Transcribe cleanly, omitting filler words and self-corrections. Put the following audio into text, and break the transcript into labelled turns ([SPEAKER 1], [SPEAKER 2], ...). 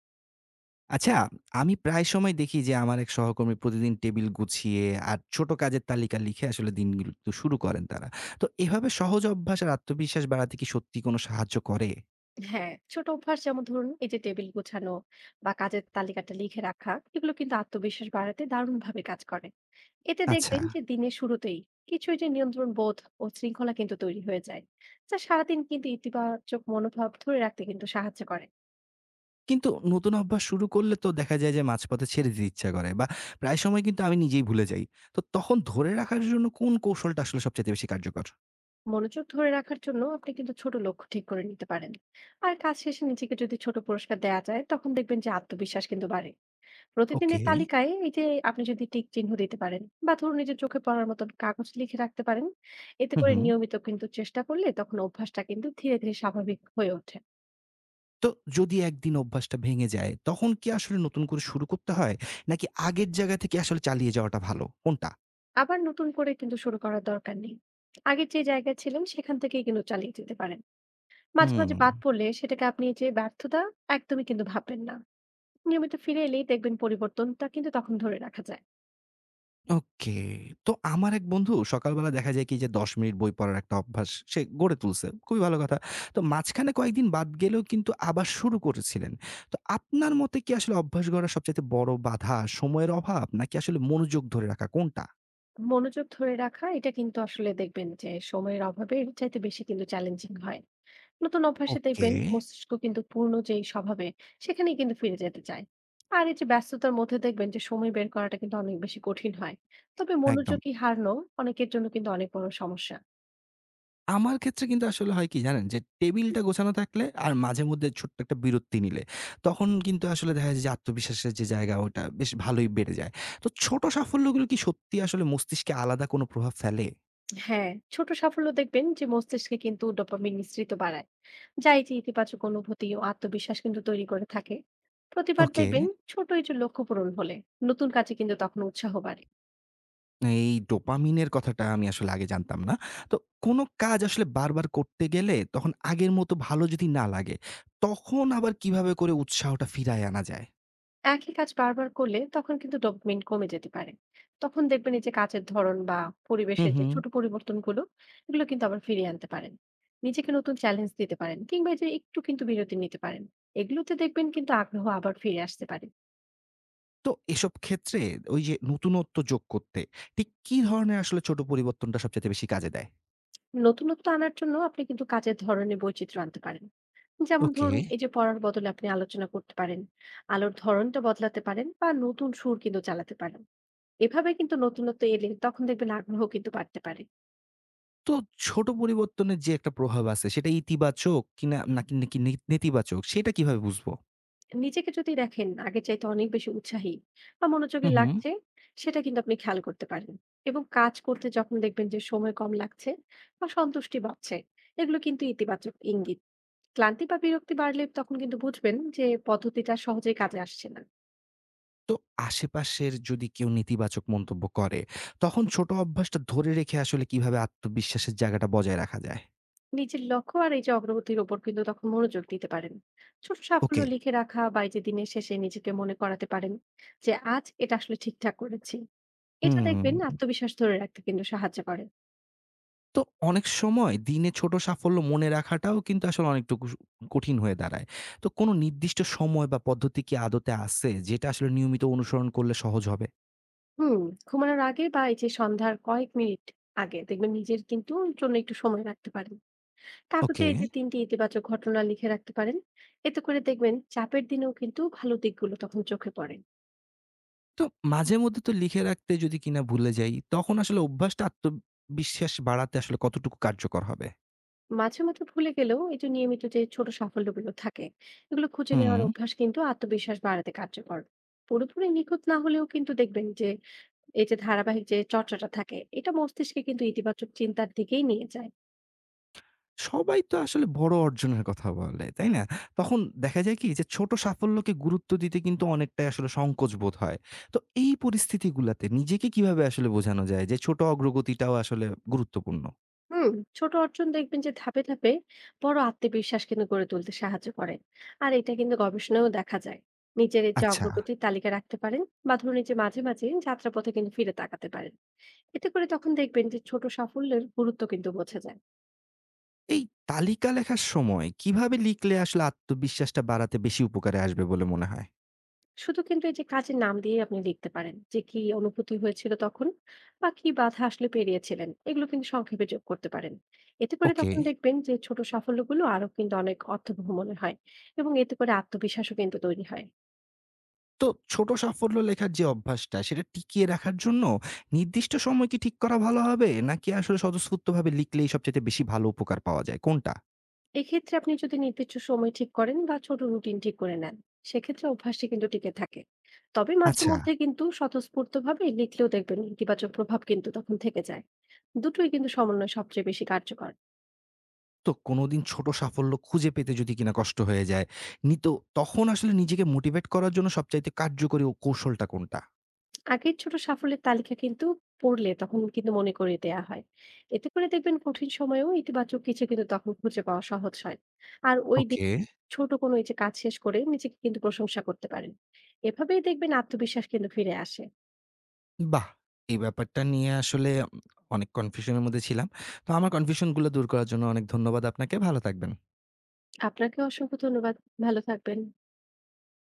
[SPEAKER 1] আচ্ছা, আমি প্রায় সময় দেখি যে আমার এক সহকর্মী প্রতিদিন টেবিল গুছিয়ে আর ছোট কাজের তালিকা লিখে আসলে দিনগুলো তো শুরু করেন তারা। তো এভাবে সহজ অভ্যাস আর আত্মবিশ্বাস বাড়াতে কি সত্যি কোনো সাহায্য করে?
[SPEAKER 2] হ্যাঁ, ছোট অভ্যাস যেমন ধরুন এই যে টেবিল গোছানো বা কাজের তালিকাটা লিখে রাখা, এগুলো কিন্তু আত্মবিশ্বাস বাড়াতে দারুণ ভাবে কাজ করে। এতে
[SPEAKER 1] আচ্ছা।
[SPEAKER 2] দেখবেন যে দিনের শুরুতেই কিছু যে নিয়ন্ত্রণ বোধ ও শৃঙ্খলা কিন্তু তৈরি হয়ে যায়, যা সারাদিন কিন্তু ইতিবাচক মনোভাব ধরে রাখতে কিন্তু সাহায্য করে।
[SPEAKER 1] কিন্তু নতুন অভ্যাস শুরু করলে তো দেখা যায় যে মাঝপথে ছেড়ে দিতে ইচ্ছা করে বা প্রায় সময় কিন্তু আমি নিজেই ভুলে যাই। তো তখন ধরে রাখার জন্য কোন কৌশলটা আসলে সবচাইতে বেশি কার্যকর?
[SPEAKER 2] মনোযোগ ধরে রাখার জন্য আপনি কিন্তু ছোট লক্ষ্য ঠিক করে নিতে পারেন, আর কাজ শেষে নিজেকে যদি ছোট পুরস্কার দেওয়া যায় তখন দেখবেন যে আত্মবিশ্বাস কিন্তু বাড়ে। প্রতিদিনের
[SPEAKER 1] ওকে।
[SPEAKER 2] তালিকায় এই যে আপনি যদি টিক চিহ্ন দিতে পারেন বা ধরুন নিজের চোখে পড়ার মতন কাগজ লিখে রাখতে পারেন, এতে
[SPEAKER 1] হুম,
[SPEAKER 2] করে
[SPEAKER 1] হুম।
[SPEAKER 2] নিয়মিত কিন্তু চেষ্টা করলে তখন অভ্যাসটা কিন্তু ধীরে ধীরে স্বাভাবিক হয়ে ওঠে।
[SPEAKER 1] তো যদি একদিন অভ্যাসটা ভেঙে যায় তখন কি আসলে নতুন করে শুরু করতে হয়? নাকি আগের জায়গা থেকে আসলে চালিয়ে যাওয়াটা ভালো? কোনটা?
[SPEAKER 2] আবার নতুন করে কিন্তু শুরু করার দরকার নেই, আগের যে জায়গায় ছিলেন সেখান থেকেই কিন্তু চালিয়ে যেতে পারেন। মাঝে
[SPEAKER 1] হুম,
[SPEAKER 2] মাঝে বাদ পড়লে সেটাকে আপনি এই যে ব্যর্থতা একদমই কিন্তু ভাববেন না। নিয়মিত ফিরে এলেই দেখবেন পরিবর্তনটা কিন্তু তখন ধরে রাখা যায়।
[SPEAKER 1] ওকে। তো আমার এক বন্ধু সকালবেলা দেখা যায় কি যে ১০ মিনিট বই পড়ার একটা অভ্যাস সে গড়ে তুলছে। খুবই ভালো কথা। তো মাঝখানে কয়েকদিন বাদ গেলেও কিন্তু আবার শুরু করেছিলেন। তো আপনার মতে কি আসলে অভ্যাস গড়ার সবচাইতে বড় বাধা সময়ের অভাব নাকি আসলে মনোযোগ ধরে রাখা কোনটা?
[SPEAKER 2] মনোযোগ ধরে রাখা এটা কিন্তু আসলে দেখবেন যে সময়ের অভাবে এর চাইতে বেশি কিন্তু চ্যালেঞ্জিং হয়। নতুন অভ্যাসে
[SPEAKER 1] ওকে,
[SPEAKER 2] দেখবেন মস্তিষ্ক কিন্তু পূর্ণ যেই স্বভাবে সেখানেই কিন্তু ফিরে যেতে চায়। আর এই যে ব্যস্ততার মধ্যে দেখবেন যে সময় বের করাটা কিন্তু অনেক বেশি কঠিন হয়। তবে
[SPEAKER 1] একদম।
[SPEAKER 2] মনোযোগী হারানো অনেকের জন্য কিন্তু অনেক বড় সমস্যা।
[SPEAKER 1] আমার ক্ষেত্রে কিন্তু আসলে হয় কি জানেন? যে টেবিলটা গোছানো থাকলে আর মাঝেমধ্যে ছোট্ট একটা বিরতি নিলে, তখন কিন্তু আসলে দেখা যায় যে আত্মবিশ্বাসের যে জায়গা ওটা বেশ ভালোই বেড়ে যায়। তো ছোট সাফল্যগুলো কি সত্যি আসলে মস্তিষ্কে আলাদা কোনো প্রভাব ফেলে?
[SPEAKER 2] হ্যাঁ, ছোট সাফল্য দেখবেন যে মস্তিষ্কে কিন্তু ডোপামিন নিঃসৃত বাড়ায়, যা এই যে ইতিবাচক অনুভূতি ও আত্মবিশ্বাস কিন্তু তৈরি করে থাকে। প্রতিবার
[SPEAKER 1] ওকে।
[SPEAKER 2] দেখবেন ছোট এই যে লক্ষ্য পূরণ হলে নতুন কাজে কিন্তু তখন উৎসাহ বাড়ে।
[SPEAKER 1] এই ডোপামিনের কথাটা আমি আসলে আগে জানতাম না। তো কোনো কাজ আসলে বারবার করতে গেলে তখন আগের মতো ভালো যদি না লাগে, তখন আবার কিভাবে করে উৎসাহটা ফিরায় আনা যায়?
[SPEAKER 2] একই কাজ বারবার করলে তখন কিন্তু ডোপামিন কমে যেতে পারে। তখন দেখবেন এই যে কাজের ধরন বা
[SPEAKER 1] হু,
[SPEAKER 2] পরিবেশের
[SPEAKER 1] হু।
[SPEAKER 2] যে ছোট পরিবর্তনগুলো, এগুলো কিন্তু আবার ফিরিয়ে আনতে পারেন। নিজেকে নতুন চ্যালেঞ্জ দিতে পারেন, কিংবা এই যে একটু কিন্তু বিরতি নিতে পারেন। এগুলোতে দেখবেন কিন্তু আগ্রহ আবার ফিরে আসতে পারে।
[SPEAKER 1] তো এসব ক্ষেত্রে ওই যে নতুনত্ব যোগ করতে ঠিক কি ধরনের আসলে ছোট পরিবর্তনটা সবচাইতে বেশি কাজে দেয়?
[SPEAKER 2] নতুনত্ব আনার জন্য আপনি কিন্তু কাজের ধরনে বৈচিত্র্য আনতে পারেন। যেমন
[SPEAKER 1] ওকে।
[SPEAKER 2] ধরুন এই যে পড়ার বদলে আপনি আলোচনা করতে পারেন, আলোর ধরনটা বদলাতে পারেন বা নতুন সুর কিন্তু চালাতে পারেন। এভাবে কিন্তু নতুনত্ব এলে তখন দেখবেন আগ্রহ কিন্তু বাড়তে পারে।
[SPEAKER 1] তো ছোট পরিবর্তনের যে একটা প্রভাব আছে সেটা ইতিবাচক কিনা নাকি নাকি নেতিবাচক সেটা কিভাবে বুঝবো?
[SPEAKER 2] নিজেকে যদি দেখেন আগের চাইতে অনেক বেশি উৎসাহী বা
[SPEAKER 1] হু,
[SPEAKER 2] মনোযোগী
[SPEAKER 1] হুম।
[SPEAKER 2] লাগছে, সেটা কিন্তু আপনি খেয়াল করতে পারেন। এবং কাজ করতে যখন দেখবেন যে সময় কম লাগছে বা সন্তুষ্টি বাড়ছে, এগুলো কিন্তু ইতিবাচক ইঙ্গিত। ক্লান্তি বা বিরক্তি বাড়লে তখন কিন্তু বুঝবেন যে পদ্ধতিটা সহজেই কাজে আসছে না।
[SPEAKER 1] তো আশেপাশের যদি কেউ নেতিবাচক মন্তব্য করে তখন ছোট অভ্যাসটা ধরে রেখে আসলে কিভাবে আত্মবিশ্বাসের জায়গাটা বজায় রাখা যায়?
[SPEAKER 2] নিজের লক্ষ্য আর এই যে অগ্রগতির ওপর কিন্তু তখন মনোযোগ দিতে পারেন। ছোট সাফল্য
[SPEAKER 1] ওকে।
[SPEAKER 2] লিখে রাখা বা এই যে দিনের শেষে নিজেকে মনে করাতে পারেন যে আজ এটা আসলে ঠিকঠাক করেছি। এটা
[SPEAKER 1] হুম।
[SPEAKER 2] দেখবেন আত্মবিশ্বাস ধরে রাখতে কিন্তু সাহায্য করে।
[SPEAKER 1] তো অনেক সময় দিনে ছোট সাফল্য মনে রাখাটাও কিন্তু আসলে অনেকটুকু কঠিন হয়ে দাঁড়ায়। তো কোনো নির্দিষ্ট সময় বা পদ্ধতি কি আদতে আছে যেটা আসলে নিয়মিত অনুসরণ করলে সহজ হবে?
[SPEAKER 2] হুম, ঘুমানোর আগে বা এই যে সন্ধ্যার কয়েক মিনিট আগে দেখবেন নিজের কিন্তু জন্য একটু সময় রাখতে পারেন। কাগজে
[SPEAKER 1] ওকে।
[SPEAKER 2] এই যে 3টি ইতিবাচক ঘটনা লিখে রাখতে পারেন। এতে করে দেখবেন চাপের দিনেও কিন্তু ভালো দিকগুলো তখন চোখে পড়ে।
[SPEAKER 1] তো মাঝেমধ্যে তো লিখে রাখতে যদি কিনা ভুলে যাই, তখন আসলে অভ্যাসটা আত্মবিশ্বাস বাড়াতে আসলে কতটুকু কার্যকর হবে?
[SPEAKER 2] মাঝে মাঝে ভুলে গেলেও এই যে নিয়মিত যে ছোট সাফল্যগুলো থাকে, এগুলো খুঁজে
[SPEAKER 1] হুম।
[SPEAKER 2] নেওয়ার অভ্যাস কিন্তু আত্মবিশ্বাস বাড়াতে কার্যকর। পুরোপুরি নিখুঁত না হলেও কিন্তু দেখবেন যে এই যে ধারাবাহিক যে চর্চাটা থাকে এটা মস্তিষ্কে কিন্তু ইতিবাচক চিন্তার দিকেই নিয়ে যায়।
[SPEAKER 1] সবাই তো আসলে বড় অর্জনের কথা বলে, তাই না? তখন দেখা যায় কি যে ছোট সাফল্যকে গুরুত্ব দিতে কিন্তু অনেকটাই আসলে সংকোচ বোধ হয়। তো এই পরিস্থিতিগুলাতে নিজেকে কিভাবে আসলে বোঝানো যায় যে ছোট অগ্রগতিটাও আসলে গুরুত্বপূর্ণ?
[SPEAKER 2] হুম, ছোট অর্জন দেখবেন যে ধাপে ধাপে বড় আত্মবিশ্বাস কিন্তু গড়ে তুলতে সাহায্য করে। আর এটা কিন্তু গবেষণায়ও দেখা যায়। নিজের এই যে
[SPEAKER 1] আচ্ছা,
[SPEAKER 2] অগ্রগতির তালিকা রাখতে পারেন বা ধরুন এই যে মাঝে মাঝে যাত্রাপথে কিন্তু ফিরে তাকাতে পারেন। এতে করে তখন দেখবেন যে ছোট সাফল্যের গুরুত্ব কিন্তু বোঝা যায়।
[SPEAKER 1] এই তালিকা লেখার সময় কিভাবে লিখলে আসলে আত্মবিশ্বাসটা বাড়াতে বেশি উপকারে আসবে বলে মনে হয়?
[SPEAKER 2] শুধু কিন্তু এই যে কাজের নাম দিয়ে আপনি লিখতে পারেন যে কি অনুভূতি হয়েছিল তখন, বা কি বাধা আসলে পেরিয়েছিলেন, এগুলো কিন্তু সংক্ষেপে যোগ করতে পারেন। এতে করে
[SPEAKER 1] ওকে।
[SPEAKER 2] তখন দেখবেন যে ছোট সাফল্যগুলো আরো কিন্তু অনেক অর্থবহ মনে হয়, এবং এতে করে আত্মবিশ্বাসও কিন্তু তৈরি হয়।
[SPEAKER 1] তো ছোট সাফল্য লেখার যে অভ্যাসটা সেটা টিকিয়ে রাখার জন্য নির্দিষ্ট সময় কি ঠিক করা ভালো হবে? নাকি আসলে স্বতঃস্ফূর্তভাবে লিখলেই সবচাইতে বেশি ভালো উপকার পাওয়া যায়? কোনটা?
[SPEAKER 2] এক্ষেত্রে আপনি যদি নির্দিষ্ট সময় ঠিক করেন বা ছোট রুটিন ঠিক করে নেন, সেক্ষেত্রে অভ্যাসটি কিন্তু টিকে থাকে। তবে মাঝে
[SPEAKER 1] আচ্ছা।
[SPEAKER 2] মধ্যে কিন্তু স্বতঃস্ফূর্ত ভাবে লিখলেও দেখবেন ইতিবাচক প্রভাব কিন্তু তখন থেকে যায়। দুটোই কিন্তু সমন্বয় সবচেয়ে বেশি কার্যকর।
[SPEAKER 1] তো কোনদিন ছোট সাফল্য খুঁজে পেতে যদি কিনা কষ্ট হয়ে যায়, নি তো তখন আসলে নিজেকে মোটিভেট করার জন্য সবচাইতে কার্যকরী ও কৌশলটা কোনটা?
[SPEAKER 2] আগের ছোট সাফল্যের তালিকা কিন্তু পড়লে তখন কিন্তু মনে করিয়ে দেয়া হয়। এতে করে দেখবেন কঠিন সময়েও ইতিবাচক কিছু কিন্তু তখন খুঁজে পাওয়া সহজ হয়। আর ওই দিন
[SPEAKER 1] ওকে।
[SPEAKER 2] ছোট কোনো এই যে কাজ শেষ করে নিজেকে কিন্তু প্রশংসা করতে পারেন। এভাবেই দেখবেন আত্মবিশ্বাস কিন্তু ফিরে আসে।
[SPEAKER 1] বাহ! এই ব্যাপারটা নিয়ে আসলে অনেক কনফিউশন এর মধ্যে ছিলাম। তো আমার কনফিউশন গুলো দূর করার জন্য অনেক ধন্যবাদ আপনাকে। ভালো থাকবেন।
[SPEAKER 2] আপনাকে অসংখ্য ধন্যবাদ। ভালো থাকবেন।